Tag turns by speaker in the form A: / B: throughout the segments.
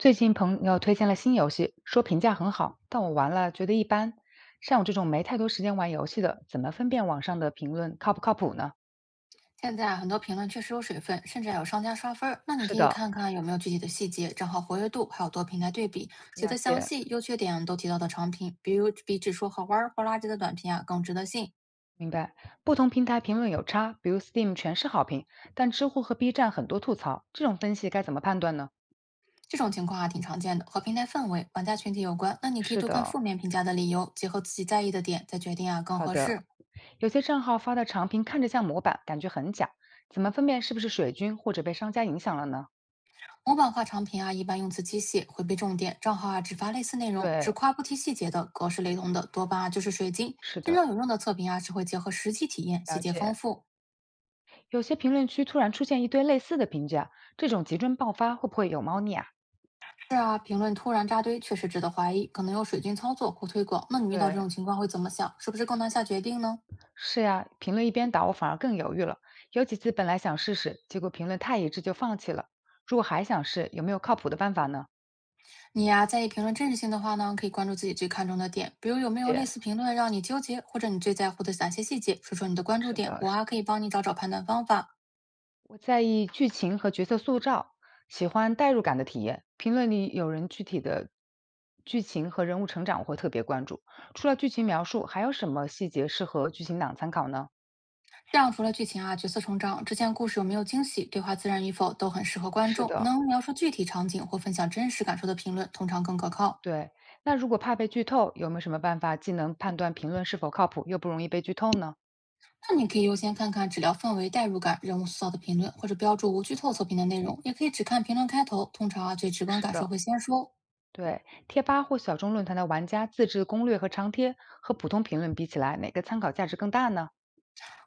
A: 最近朋友推荐了新游戏，说评价很好，但我玩了觉得一般。像我这种没太多时间玩游戏的，怎么分辨网上的评论靠不靠谱呢？
B: 现在啊很多评论确实有水分，甚至还有商家刷分儿。那你
A: 是
B: 可以
A: 的，
B: 看看有没有具体的细节、账号活跃度，还有多平台对比，写
A: 了
B: 的详
A: 解，
B: 细，优缺点都提到的长评，比如比只说好玩儿或垃圾的短评啊更值得信。
A: 明白。不同平台评论有差，比如 Steam 全是好评，但知乎和 B 站很多吐槽，这种分析该怎么判断呢？
B: 这种情况啊挺常见的，和平台氛围、玩家群体有关。那你可以
A: 是
B: 多看
A: 的，
B: 负面评价的理由，结合自己在意的点，再决定啊更
A: 好
B: 合适。
A: 的。有些账号发的长评看着像模板，感觉很假，怎么分辨是不是水军或者被商家影响了呢？
B: 模板化长评啊，一般用词机械，回避重点；账号啊只发类似内容，只
A: 对，
B: 夸不提细节的，格式雷同的，多半啊就是水晶。
A: 是
B: 真
A: 的，
B: 正有用的测评啊，是会结合实际体验，细
A: 了
B: 节丰
A: 解。
B: 富。
A: 有些评论区突然出现一堆类似的评价，这种集中爆发会不会有猫腻啊？
B: 是啊，评论突然扎堆确实值得怀疑，可能有水军操作或推广。那你遇到这
A: 对，
B: 种情况会怎么想？是不是更难下决定呢？
A: 是呀，评论一边倒，我反而更犹豫了。有几次本来想试试，结果评论太一致就放弃了。如果还想试，有没有靠谱的办法呢？
B: 你呀、在意评论真实性的话呢，可以关注自己最看重的点，比如有没有类
A: 姐，
B: 似评论让你纠结，或者你最在乎的哪些细节，说说你的关注
A: 是
B: 点，
A: 的，
B: 我
A: 是
B: 啊
A: 的，
B: 可以帮你找找判断方法。
A: 我在意剧情和角色塑造，喜欢代入感的体验。评论里有人具体的剧情和人物成长，我会特别关注。除了剧情描述，还有什么细节适合剧情党参考呢？
B: 这样除了剧情啊、角色成长、之前故事有没有惊喜、对话自然与否，都很适合观
A: 是
B: 众。
A: 的，
B: 能描述具体场景或分享真实感受的评论，通常更可靠。
A: 对，那如果怕被剧透，有没有什么办法既能判断评论是否靠谱，又不容易被剧透呢？
B: 那你可以优先看看治疗氛围、代入感、人物塑造的评论，或者标注无剧
A: 好
B: 透测
A: 的，
B: 评的内容。也可以只看评论开头，通常啊最直观
A: 是
B: 感受
A: 的，
B: 会先说。
A: 对，贴吧或小众论坛的玩家自制攻略和长贴，和普通评论比起来，哪个参考价值更大呢？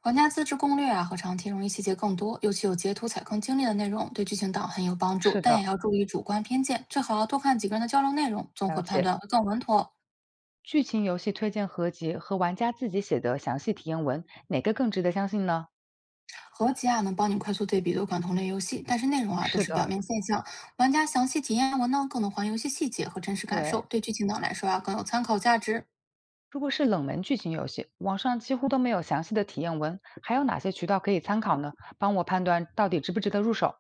B: 玩家自制攻略啊和长题容易细节更多，尤其有截图踩坑经历的内容，对剧情党很有帮助。
A: 是
B: 但也
A: 的，
B: 要注意主观偏见，最好要多看几个人的交流内容，综
A: 了
B: 合判
A: 解。
B: 断会更稳妥。
A: 剧情游戏推荐合集和玩家自己写的详细体验文，哪个更值得相信呢？
B: 合集啊能帮你快速对比多款同类游戏，但是内容啊都
A: 是
B: 是表
A: 的，
B: 面现象，玩家详细体验文呢更能还游戏细节和真实感受，
A: 对。
B: 对剧情党来说啊更有参考价值。
A: 如果是冷门剧情游戏，网上几乎都没有详细的体验文，还有哪些渠道可以参考呢？帮我判断到底值不值得入手。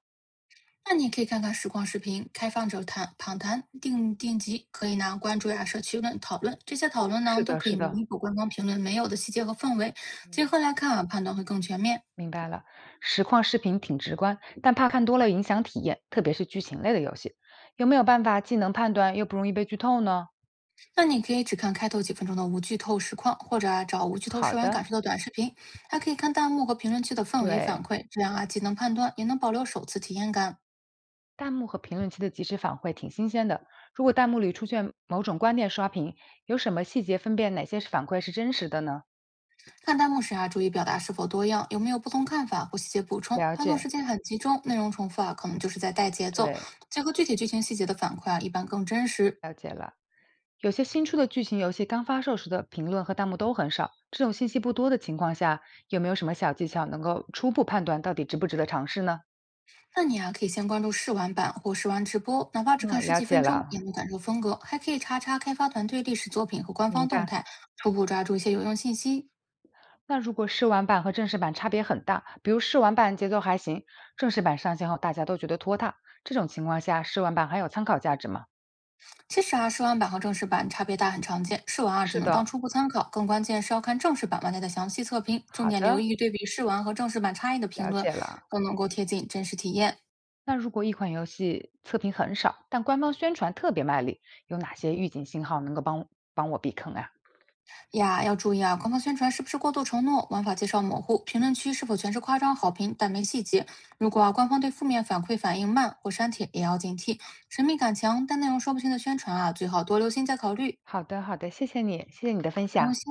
B: 那你也可以看看实况视频、开放者谈访谈、定级，可以呢关注呀、社区论讨论，这些讨论呢
A: 是
B: 都
A: 的，
B: 可以
A: 是的，
B: 弥补官方评论没有的细节和氛围，结
A: 嗯，
B: 合来看啊，判断会更全面。
A: 明白了。实况视频挺直观，但怕看多了影响体验，特别是剧情类的游戏。有没有办法既能判断又不容易被剧透呢？
B: 那你可以只看开头几分钟的无剧透实况，或者啊找无剧透
A: 好
B: 试玩感
A: 的，
B: 受的短视频，还可以看弹幕和评论区的氛围反
A: 对，
B: 馈，这样啊既能判断，也能保留首次体验感。
A: 弹幕和评论区的及时反馈挺新鲜的。如果弹幕里出现某种观点刷屏，有什么细节分辨哪些是反馈是真实的呢？
B: 看弹幕时啊，注意表达是否多样，有没有不同看法或细节补充。
A: 了
B: 发送
A: 解，
B: 时间很集中，内容重复啊，可能就是在带节奏。
A: 对，
B: 结合具体剧情细节的反馈啊，一般更真实。
A: 了解了。有些新出的剧情游戏刚发售时的评论和弹幕都很少，这种信息不多的情况下，有没有什么小技巧能够初步判断到底值不值得尝试呢？
B: 那你啊，可以先关注试玩版或试玩直播，哪怕只看
A: 嗯，
B: 十
A: 了
B: 几分
A: 解了，
B: 钟，也能感受风格。还可以查查开发团队历史作品和官
A: 明
B: 方动
A: 白。
B: 态，初步抓住一些有用信息。
A: 那如果试玩版和正式版差别很大，比如试玩版节奏还行，正式版上线后大家都觉得拖沓，这种情况下，试玩版还有参考价值吗？
B: 其实啊，试玩版和正式版差别大，很常见。试玩啊，只
A: 是
B: 能当
A: 的，
B: 初步参考，更关键是要看正式版玩家的详细测评，重
A: 好
B: 点留
A: 的，
B: 意对比试玩和正式版差异的评
A: 了
B: 论，
A: 解了。
B: 更能够贴近真实体验
A: 那如果一款游戏测评很少，但官方宣传特别卖力，有哪些预警信号能够帮我避坑啊？
B: 呀。要注意啊，官方宣传是不是过度承诺，玩法介绍模糊，评论区是否全是夸张好评但没细节。如果啊，官方对负面反馈反应慢或删帖，也要警惕。神秘感强但内容说不清的宣传啊，最好多留心再考虑。
A: 好的，好的，谢谢你，谢谢你的分
B: 不用
A: 享。
B: 谢。